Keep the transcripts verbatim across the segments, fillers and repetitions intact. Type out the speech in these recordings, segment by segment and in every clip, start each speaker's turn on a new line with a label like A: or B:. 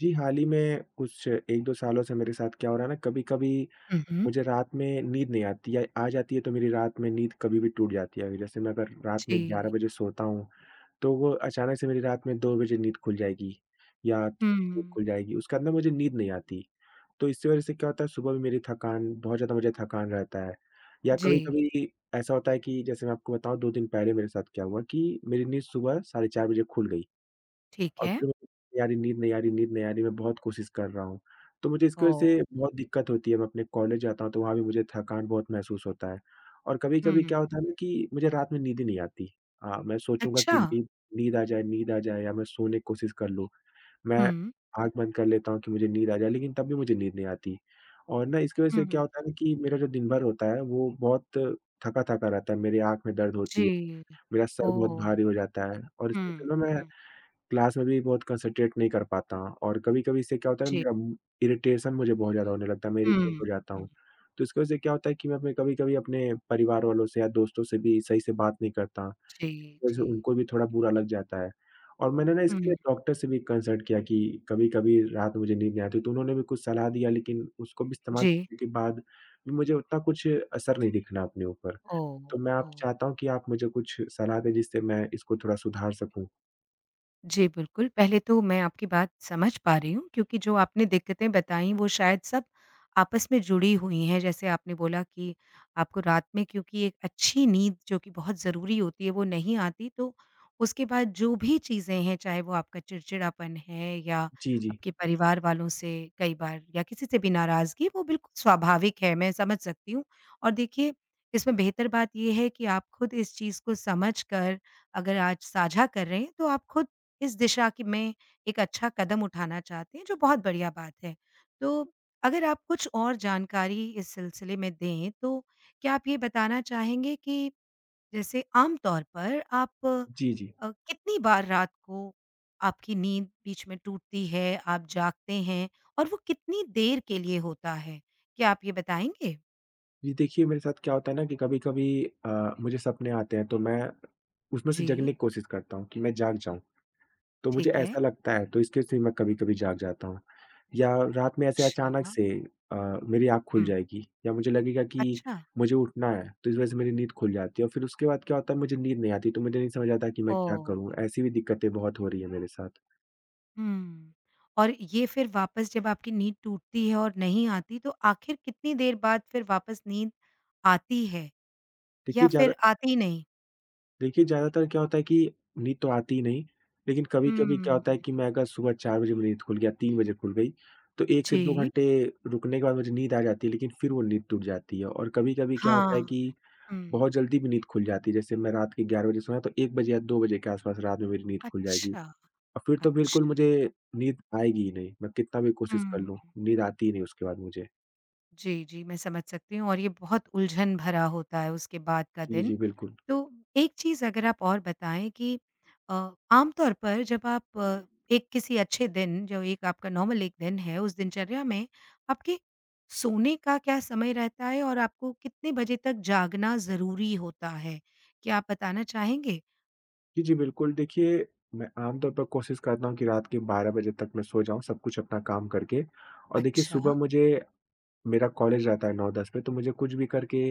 A: जी, हाल ही में कुछ एक-दो सालों से मेरे साथ क्या हो रहा है ना, कभी-कभी
B: हुँ, हुँ।
A: मुझे रात में नींद नहीं आती या आ जाती है तो मेरी रात में नींद कभी भी टूट जाती है। जैसे मैं अगर रात में ग्यारह
B: जी।
A: बजे सोता हूँ, तो वो अचानक से मेरी रात में दो बजे नींद खुल जाएगी या नींद
B: हुँ,
A: खुल जाएगी। उसके बाद ना मुझे नींद नहीं आती, तो इसकी वज़ह से क्या होता है सुबह भी मेरी थकान बहुत ज़्यादा मुझे थकान रहता है। या
B: जी,
A: कभी-कभी ऐसा होता है कि जैसे मैं आपको बताऊँ दो दिन पहले मेरे साथ क्या हुआ कि मेरी नींद सुबह साढ़े चार बजे खुल गई।
B: ठीक
A: और
B: है।
A: फिर मतलब यारी नींद नहीं आ रही नींद नहीं आ रही, मैं बहुत कोशिश कर रहा हूँ। तो मुझे इसकी वजह से
B: ओह!
A: बहुत दिक्कत होती है, मैं अपने कॉलेज जाता हूँ तो वहाँ भी मुझे थकान बहुत महसूस होता है। और कभी-कभी
B: हुँ,
A: क्या होता है ना कि मुझे रात में नींद ही नहीं आती। हाँ, मैं सोचूँगा कि
B: अच्छा।
A: नींद नींद आ जाए नींद आ जाए या मैं सोने की कोशिश कर लूँ। मैं
B: हुँ,
A: आँख बंद कर लेता हूँ कि मुझे नींद आ जाए, लेकिन तब भी मुझे नींद नहीं आती। और ना इसकी वजह से क्या होता
B: हुँ,
A: है ना कि मेरा जो दिन भर होता है वो बहुत थका-थका रहता है, मेरी आँख में दर्द होती
B: जी।
A: है, मेरा सर बहुत
B: ओह!
A: भारी हो जाता है और इसके
B: हुँ,
A: चलो मैं
B: हुँ,
A: क्लास में भी बहुत कंसंट्रेट नहीं कर पाता और कभी-कभी इससे क्या होता है ना
B: जी।
A: मेरा मू इरिटेशन मुझे बहुत ज़्यादा होने लगता है, मैं
B: हुँ,
A: इरिटेट हो जाता
B: हुँ,
A: हूँ। तो इसकी वजह से क्या होता है कि मैं अपने कभी-कभी अपने परिवार वालों से या दोस्तों से भी सही से बात नहीं करता।
B: जी,
A: इसकी वजह से
B: जी।
A: उनको भी थोड़ा बुरा लग जाता है और मैंने ना इसके लिए
B: हुँ,
A: डॉक्टर से भी कंसल्ट किया कि कभी-कभी रात में मुझे नींद नहीं आती, तो उन्होंने भी कुछ सलाह दिया लेकिन उसको भी इस्तेमाल
B: जी।
A: करने के बाद भी मुझे उतना कुछ असर नहीं दिख रहा अपने ऊपर।
B: ओह!
A: तो मैं आप
B: ओह!
A: चाहता हूँ कि आप मुझे कुछ सलाह दें जिससे मैं इसको थोड़ा सुधार सकूँ?
B: जी, बिल्कुल। पहले तो मैं आपकी बात समझ पा रही हूँ, क्योंकि जो आपने दिक्कतें बताई, वो शायद सब आपस में जुड़ी हुई हैं। जैसे आपने बोला कि आपको रात में, क्योंकि एक अच्छी नींद, जो कि बहुत ज़रूरी होती है, वो नहीं आती, तो उसके बाद जो भी चीज़ें हैं, चाहे वो आपका चिड़चिड़ापन है या
A: जी, जी।
B: आपके परिवार वालों से कई बार या किसी से भी नाराज़गी, वो बिल्कुल स्वाभाविक है, मैं समझ सकती हूँ। और देखिए, इसमें बेहतर बात ये है कि आप खुद इस चीज़ को समझ कर अगर आज साझा कर रहे हैं, तो आप खुद इस दिशा की में एक अच्छा कदम उठाना चाहते हैं, जो बहुत बढ़िया बात है। तो अगर आप कुछ और जानकारी इस सिलसिले में दें, तो क्या आप ये बताना चाहेंगे कि जैसे आम तौर पर आप
A: जी, जी।
B: अ, कितनी बार रात को आपकी नींद बीच में टूटती है, आप जागते हैं और वो कितनी देर के लिए होता है? क्या आप ये बताएँगे?
A: जी, देखिए मेरे साथ क्या होता है ना कि कभी-कभी अ, मुझे सपने आते हैं तो मैं उसमें से
B: जी,
A: जगने की कोशिश करता हूँ कि मैं जाग जाऊँ। तो मुझे
B: ठीक है।
A: ऐसा लगता है तो इसके से मैं कभी-कभी जाग जाता हूँ। या रात में ऐसे अचानक
B: अच्छा।
A: से अ, मेरी आँख खुल
B: हुँ,
A: जाएगी या मुझे लगेगा कि
B: अच्छा।
A: मुझे उठना है तो इस वज़ह से मेरी नींद खुल जाती है और फिर उसके बाद क्या होता है मुझे नींद नहीं आती तो मुझे नहीं समझ आता कि मैं क्या
B: ओह!
A: करूँ? ऐसी भी दिक्कतें बहुत हो रही हैं मेरे साथ।
B: हुँ। और ये फिर वापस जब आपकी नींद टूटती है और नहीं आती, तो आखिर कितनी देर बाद फिर वापस नींद आती है या
A: देखिए ज़्यादा
B: फिर आती ही नहीं?
A: देखिए, ज़्यादातर क्या होता है कि नींद तो आती ही नहीं, लेकिन कभी-कभी क्या
B: हुँ।
A: होता है कि मैं अगर सुबह चार बजे मेरी नींद खुल गया, तीन बजे खुल गई, तो एक से दो
B: जी।
A: घंटे रुकने के बाद मुझे नींद आ जाती है, लेकिन फिर वो नींद टूट जाती है। और कभी-कभी क्या होता है
B: हाँ।
A: कि
B: हुँ।
A: बहुत जल्दी भी नींद खुल जाती है, जैसे मैं रात के ग्यारह बजे सोया, तो एक बजे या दो बजे के आस-पास रात में मेरी नींद खुल जाएगी।
B: अच्छा,
A: और फिर तो बिल्कुल
B: अच्छा।
A: मुझे नींद आएगी ही नहीं, मैं कितना भी कोशिश कर
B: हुँ।
A: लूँ, नींद आती ही नहीं उसके बाद मुझे।
B: जी, जी, मैं समझ सकती हूँ और ये बहुत उलझन भरा होता है उसके बाद का
A: जी, जी,
B: दिन।
A: बिल्कुल।
B: तो एक चीज़ अगर आप और बताएँ कि अ, आमतौर पर जब आप अ, एक किसी अच्छे दिन, जो एक आपका नॉर्मल एक दिन है, उस दिनचर्या में आपके सोने का क्या समय रहता है और आपको कितने बजे तक जागना ज़रूरी होता है? क्या आप बताना चाहेंगे?
A: जी, जी, बिल्कुल। देखिए, मैं आमतौर पर कोशिश करता हूँ कि रात के बारह बजे तक मैं सो जाऊँ, सब कुछ अपना काम करके। और देखिए,
B: अच्छा,
A: सुबह मुझे मेरा कॉलेज रहता है नौ-दस पे, तो मुझे कुछ भी करके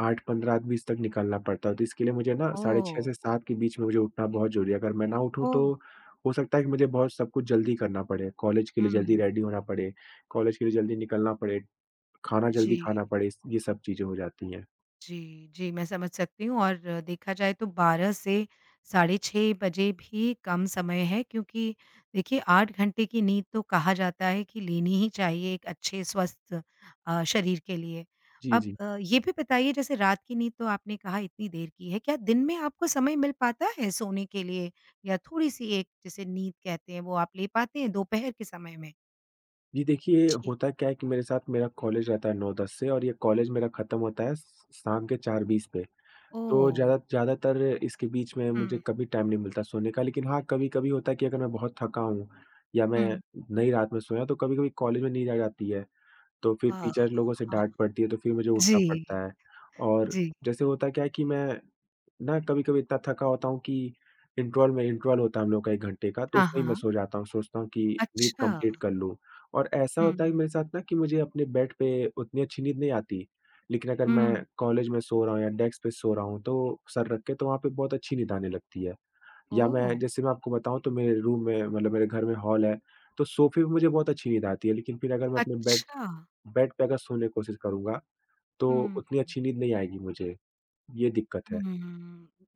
A: आठ बजकर पंद्रह मिनट, आठ बजकर बीस मिनट तक निकलना पड़ता है। तो इसके लिए मुझे ना साढ़े छह
B: ओह!
A: से सात के बीच में मुझे उठना बहुत ज़रूरी है। अगर मैं ना उठूँ,
B: ओह!
A: तो हो सकता है कि मुझे बहुत सब कुछ जल्दी करना पड़े, कॉलेज के लिए जल्दी
B: हुँ,
A: रेडी होना पड़े, कॉलेज के लिए जल्दी निकलना पड़े, खाना जल्दी
B: जी।
A: खाना पड़े, इस ये सब चीज़ें हो जाती हैं।
B: जी, जी, मैं समझ सकती हूँ और अ, देखा जाए तो बारह से साढ़े छह बजे भी कम समय है, क्योंकि देखिए आठ घंटे की नींद तो कहा जाता है कि लेनी ही चाहिए एक अच्छे स्वस्थ अ, शरीर के लिए।
A: जी,
B: अब
A: जी।
B: अ, ये भी बताइए, जैसे रात की नींद तो आपने कहा इतनी देर की है, क्या दिन में आपको समय मिल पाता है सोने के लिए या थोड़ी-सी एक जिसे नींद कहते हैं, वो आप ले पाते हैं दोपहर के समय में?
A: जी देखिए,
B: जी।
A: होता क्या है कि मेरे साथ मेरा कॉलेज रहता है नौ-दस से और ये कॉलेज मेरा ख़त्म होता है श शाम के चार बजकर बीस मिनट पे। तो
B: ओह!
A: ज़्यादा ज़्यादातर इसके बीच में मुझे
B: हुँ,
A: कभी टाइम नहीं मिलता सोने का, लेकिन हाँ, कभी-कभी होता है कि अगर मैं बहुत थका हूँ या मैं
B: हुँ।
A: नई रात में सोया, तो कभी-कभी कॉलेज में नींद आ जाती है, तो फिर
B: हाँ,
A: टीचर लोगों से
B: हाँ।
A: डाँट पड़ती है, तो फिर मुझे उठना
B: जी,
A: पड़ता है। और
B: जी।
A: जैसे होता क्या है कि मैं ना कभी-कभी इतना थका होता हूँ कि इंटरवल में इंटरवल होता है हम लोग का एक घंटे का, तो
B: हाँ,
A: उसमें ही मैं
B: हाँ।
A: सो जाता हूँ, सोचता हूँ कि नींद
B: अच्छा।
A: कंप्लीट कर लूँ। और ऐसा होता है
B: हुँ,
A: मेरे साथ ना कि मुझे अपने बेड पे उतनी अच्छी नींद नहीं आती, लेकिन अगर मैं
B: हुँ।
A: कॉलेज में सो रहा हूँ या डेस्क पे सो रहा हूँ, तो सर रख के तो वहाँ पे बहुत अच्छी नींद आने लगती है। या
B: ओह!
A: मैं जैसे मैं आपको बताऊँ तो मेरे रूम में मतलब मेरे घर में हॉल है, तो सोफे पे मुझे बहुत अच्छी नींद आती है, लेकिन फिर अगर मैं अपने बेड
B: अच्छा।
A: बेड पे अगर सोने की कोशिश करूँगा, तो
B: हुँ।
A: उतनी अच्छी नींद नहीं आएगी मुझे। ये दिक्कत है।
B: हुँ,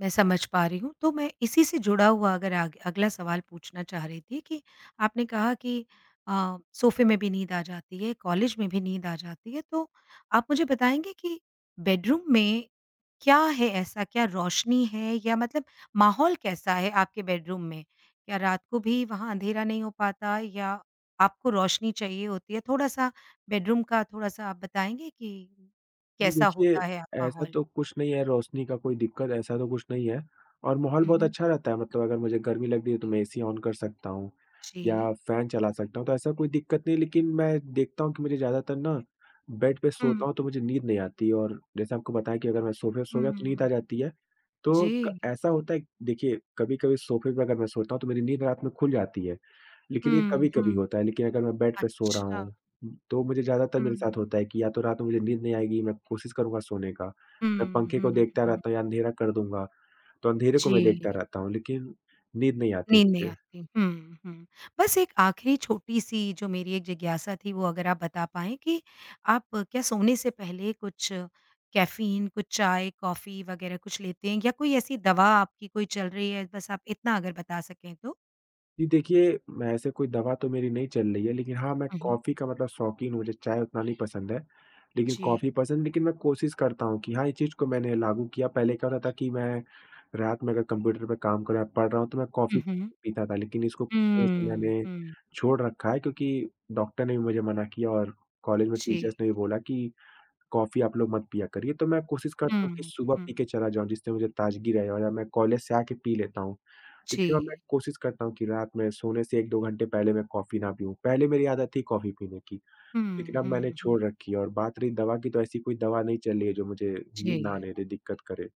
B: मैं समझ पा रही हूँ। तो मैं इसी से जुड़ा हुआ अगर आगे अगला सवाल पूछना चाह रही थी कि आपने कहा कि अ, सोफ़े में भी नींद आ जाती है, कॉलेज में भी नींद आ जाती है, तो आप मुझे बताएँगे कि बेडरूम में क्या है ऐसा? क्या रोशनी है या मतलब माहौल कैसा है आपके बेडरूम में? क्या रात को भी वहाँ अँधेरा नहीं हो पाता या आपको रोशनी चाहिए होती है? थोड़ा-सा बेडरूम का थोड़ा-सा आप बताएँगे कि
A: जी,
B: कैसा
A: देखिए,
B: होता है आप
A: ऐसा
B: माहौल?
A: तो कुछ नहीं है, रोशनी का कोई दिक्कत ऐसा तो कुछ नहीं है और माहौल
B: हुँ,
A: बहुत
B: हुँ।
A: अच्छा रहता है मतलब अगर मुझे गर्मी लग रही है तो मैं एसी ऑन कर सकता हूँ
B: जी।
A: या फ़ैन चला सकता हूँ, तो ऐसा कोई दिक्कत नहीं लेकिन मैं देखता हूँ कि मुझे ज़्यादातर ना बेड पे
B: हुँ,
A: सोता हूँ तो मुझे नींद नहीं आती और जैसे आपको बताया कि अगर मैं सोफ़े पे सो गया तो नींद आ
B: हुँ।
A: जाती है। तो
B: जी।
A: क ऐसा होता है देखिए, कभी-कभी सोफ़े पे अगर मैं सोता हूँ तो मेरी नींद रात में खुल जाती है। लेकिन ये
B: हुँ,
A: कभी-कभी
B: हुँ।
A: होता है, लेकिन अगर मैं बेड पे सो रहा
B: अच्छा।
A: हूँ, तो मुझे ज़्यादातर मेरे साथ
B: हुँ,
A: होता है कि या तो रात में मुझे नींद नहीं आएगी, मैं कोशिश करूँगा सोने का। मैं
B: हुँ,
A: पंखे को
B: हुँ,
A: देखता
B: हुँ।
A: रहता हूँ या अंधेरा कर दूँगा, तो अंधेरे को मैं
B: जी।
A: देखता रहता हूँ, लेकिन नींद नहीं आती
B: नींद नहीं
A: मुझे।
B: आती। हुँ, हुँ। बस एक आखिरी छोटी-सी जो मेरी एक जिज्ञासा थी, वो अगर आप बता पाएँ कि आप क्या सोने से पहले कुछ कैफ़ीन, कुछ चाय, कॉफ़ी वग़ैरह कुछ लेते हैं या कोई ऐसी दवा आपकी कोई चल रही है? बस आप इतना अगर बता सकें तो।
A: जी, देखिए, मैं ऐसे कोई दवा तो मेरी नहीं चल रही है, लेकिन हाँ, मैं
B: हुँ, हुँ।
A: कॉफ़ी का मतलब शौकीन हूँ, मुझे चाय उतना नहीं पसंद है, लेकिन
B: जी।
A: कॉफ़ी पसंद लेकिन मैं कोशिश करता हूँ कि हाँ, इस चीज़ को मैंने लागू किया। पहले क्या होता था कि मैं रात में अगर कंप्यूटर पे काम कर रहा पढ़ रहा हूँ, तो मैं कॉफ़ी
B: हुँ, हुँ।
A: पीता था, लेकिन इसको कुछ समय से
B: हुँ,
A: मैंने
B: हुँ।
A: छोड़ रखा है क्योंकि डॉक्टर ने भी मुझे मना किया और कॉलेज में
B: जी।
A: टीचर्स ने भी बोला कि, "कॉफ़ी आप लोग मत पिया करिए।" तो मैं कोशिश करता हूँ कि
B: हुँ,
A: सुबह पी के
B: हुँ।
A: चला जाऊँ, जिससे मुझे ताज़गी रहे और या मैं कॉलेज से आके पी लेता हूँ। लेकिन अब मैं
B: जी।
A: कोशिश करता हूँ कि रात में सोने से एक-दो घंटे पहले मैं कॉफ़ी ना पीऊँ। पहले मेरी आदत थी कॉफ़ी पीने की, लेकिन
B: हुँ,
A: अब मैंने
B: हुँ, हुँ।
A: छोड़ रखी है और बात रही दवा की, तो ऐसी कोई दवा नहीं चल रही है जो मुझे नींद ना
B: जी।
A: आने दे, दिक्कत करे।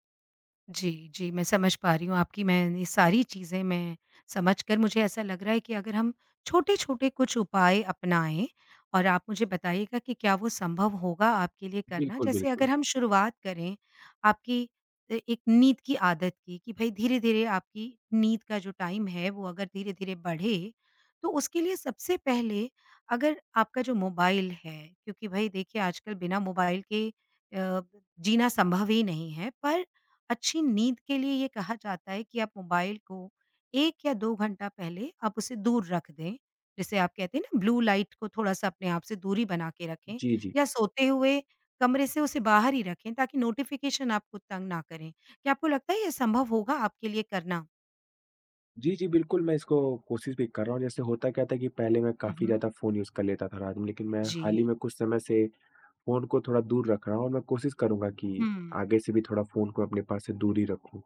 B: जी, जी, मैं समझ पा रही हूँ आपकी, मैंने सारी चीज़ें मैं समझ कर मुझे ऐसा लग रहा है कि अगर हम छोटे-छोटे कुछ उपाय अपनाएँ और आप मुझे बताइएगा कि क्या वो संभव होगा आपके लिए करना?
A: बिल्कुल,
B: जैसे
A: बिल्कुल।
B: अगर हम शुरुआत करें आपकी अ, एक नींद की आदत की, कि भई धीरे-धीरे आपकी नींद का जो टाइम है, वो अगर धीरे-धीरे बढ़े, तो उसके लिए सबसे पहले अगर आपका जो मोबाइल है, क्योंकि भई देखिए आजकल बिना मोबाइल के अ, जीना संभव ही नहीं है, पर अच्छी नींद के लिए ये कहा जाता है कि आप मोबाइल को एक या दो घंटा पहले आप उसे दूर रख दें। जिसे आप कहते हैं ना, ब्लू लाइट को थोड़ा-सा अपने आप से दूरी बना के रखें
A: जी, जी।
B: या सोते हुए कमरे से उसे बाहर ही रखें, ताकि नोटिफ़िकेशन आपको तंग ना करें। क्या आपको लगता है ये संभव होगा आपके लिए करना?
A: जी, जी, बिल्कुल, मैं इसको कोशिश भी कर रहा हूँ। जैसे होता क्या था कि पहले मैं
B: हुँ,
A: काफ़ी
B: हुँ।
A: ज़्यादा फ़ोन यूज़ कर लेता था रात में, लेकिन मैं हाल ही
B: जी।
A: में कुछ समय से फ़ोन को थोड़ा दूर रख रहा हूँ और मैं कोशिश करूँगा कि
B: हुँ।
A: आगे से भी थोड़ा फ़ोन को अपने पास से दूर ही रखूँ।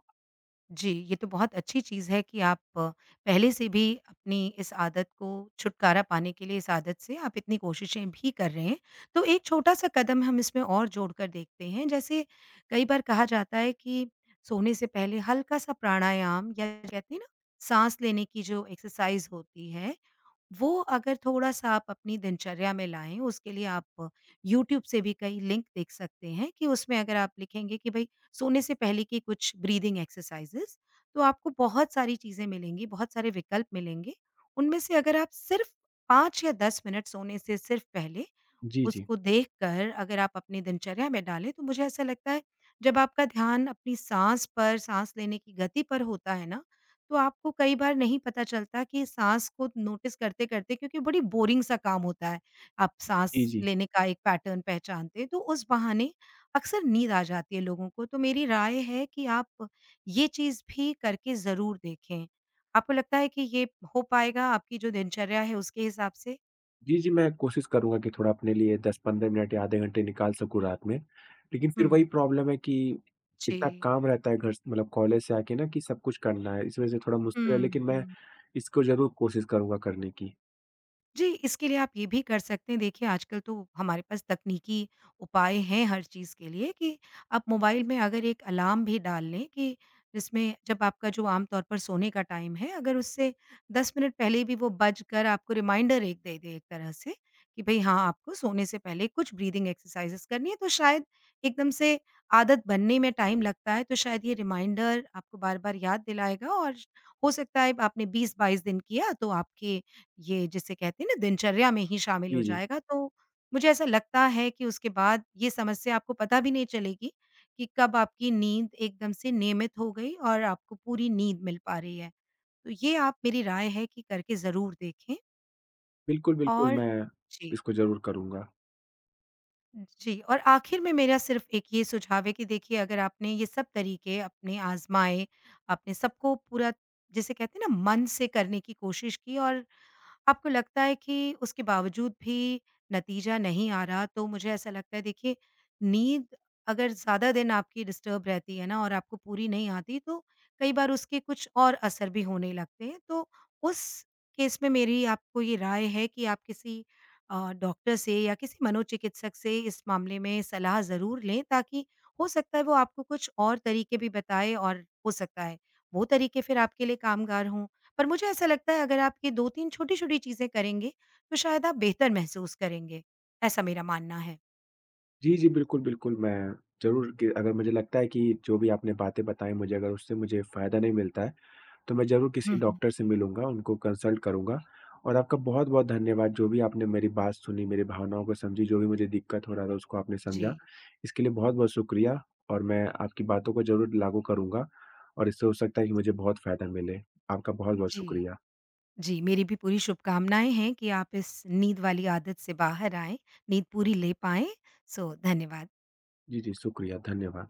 B: जी, ये तो बहुत अच्छी चीज़ है कि आप अ, पहले से भी अपनी इस आदत को छुटकारा पाने के लिए इस आदत से आप इतनी कोशिशें भी कर रहे हैं। तो एक छोटा-सा कदम हम इसमें और जोड़कर देखते हैं, जैसे कई बार कहा जाता है कि सोने से पहले हल्का-सा प्राणायाम या कहते हैं ना, साँस लेने की जो एक्सरसाइज़ होती है, वो अगर थोड़ा-सा आप अपनी दिनचर्या में लाएँ, उसके लिए आप यूट्यूब से भी कई लिंक देख सकते हैं कि उसमें अगर आप लिखेंगे कि भई सोने से पहले की कुछ ब्रीदिंग एक्सरसाइज़ेज़, तो आपको बहुत सारी चीज़ें मिलेंगी, बहुत सारे विकल्प मिलेंगे। उनमें से अगर आप सिर्फ़ पाँच या दस मिनट सोने से सिर्फ़ पहले
A: जी, जी।
B: उसको देखकर अगर आप अपनी दिनचर्या में डालें, तो मुझे ऐसा लगता है, जब आपका ध्यान अपनी साँस पर, साँस लेने की गति पर होता है ना, तो आपको कई बार नहीं पता चलता कि साँस को नोटिस करते-करते, क्योंकि बड़ी बोरिंग सा काम होता है, आप साँस
A: जी, जी।
B: लेने का एक पैटर्न पहचानते हैं, तो उस बहाने अक्सर नींद आ जाती है लोगों को। तो मेरी राय है कि आप ये चीज़ भी करके ज़रूर देखें। आपको लगता है कि ये हो पाएगा आपकी जो दिनचर्या है उसके हिसाब से?
A: जी, जी, मैं कोशिश करूँगा कि थोड़ा अपने लिए दस-पंद्रह मिनट या आधे घंटे निकाल सकूँ रात में। लेकिन फिर वही
B: हुँ,
A: प्रॉब्लम है कि इतना
B: जी।
A: काम रहता है घर स मतलब कॉलेज से आके ना कि सब कुछ करना है, इस वजह से थोड़ा मुश्किल है,
B: हुँ,
A: लेकिन मैं
B: हुँ।
A: इसको ज़रूर कोशिश करूँगा करने की।
B: जी, इसके लिए आप ये भी कर सकते हैं, देखिए आजकल तो हमारे पास तकनीकी उपाय हैं हर चीज़ के लिए कि आप मोबाइल में अगर एक अलार्म भी डाल लें कि जिसमें जब आपका जो आम तौर पर सोने का टाइम है, अगर उससे दस मिनट पहले भी वो बज कर आपको रिमाइंडर एक दे दे एक तरह से कि भई हाँ, आपको सोने से पहले कुछ ब्रीथिंग एक्सरसाइज़ेज़ करनी है, तो शायद एकदम से आदत बनने में टाइम लगता है, तो शायद ये रिमाइंडर आपको बार-बार याद दिलाएगा और हो सकता है आपने बीस बाईस दिन किया, तो आपके ये जिसे कहते हैं ना, दिनचर्या में ही शामिल
A: जी,
B: हो
A: जी।
B: जाएगा, तो मुझे ऐसा लगता है कि उसके बाद ये समस्या आपको पता भी नहीं चलेगी कि कब आपकी नींद एकदम से नियमित हो गई और आपको पूरी नींद मिल पा रही है। तो ये आप, मेरी राय है कि करके ज़रूर देखें।
A: बिल्कुल, बिल्कुल,
B: और
A: मैं
B: जी,
A: इसको ज़रूर करूँगा।
B: जी, और आखिर में मेरा सिर्फ़ एक ये सुझाव है कि देखिए अगर आपने ये सब तरीके अपने आज़माए, आपने सबको पूरा जिसे कहते हैं ना, मन से करने की कोशिश की और आपको लगता है कि उसके बावजूद भी नतीजा नहीं आ रहा, तो मुझे ऐसा लगता है, देखिए नींद अगर ज़्यादा दिन आपकी डिस्टर्ब रहती है ना और आपको पूरी नहीं आती, तो कई बार उसके कुछ और असर भी होने लगते हैं। तो उस केस में मेरी आपको ये राय है कि आप किसी अ, डॉक्टर से या किसी मनोचिकित्सक से इस मामले में सलाह ज़रूर लें, ताकि हो सकता है वो आपको कुछ और तरीके भी बताएँ और हो सकता है वो तरीके फिर आपके लिए कामगार हों। पर मुझे ऐसा लगता है अगर आप ये दो तीन छोटी-छोटी चीज़ें करेंगे, तो शायद आप बेहतर महसूस करेंगे। ऐसा मेरा मानना है।
A: जी, जी, बिल्कुल, बिल्कुल, मैं ज़रूर कि अगर मुझे लगता है कि जो भी आपने बातें बताई मुझे, अगर उससे मुझे फ़ायदा नहीं मिलता है, तो मैं ज़रूर किसी
B: हुँ, हुँ।
A: डॉक्टर से मिलूँगा, उनको कंसल्ट करूँगा और आपका बहुत-बहुत धन्यवाद, जो भी आपने मेरी बात सुनी, मेरी भावनाओं को समझी, जो भी मुझे दिक्कत हो रहा था, उसको आपने समझा।
B: जी,
A: इसके लिए बहुत-बहुत शुक्रिया और मैं आपकी बातों को ज़रूर लागू करूँगा और इससे हो सकता है कि मुझे बहुत फ़ायदा मिले। आपका बहुत-बहुत
B: जी।
A: शुक्रिया।
B: जी, मेरी भी पूरी शुभकामनाएँ हैं कि आप इस नींद वाली आदत से बाहर आएँ, नींद पूरी ले पाएँ। सो धन्यवाद।
A: जी, जी, शुक्रिया, धन्यवाद।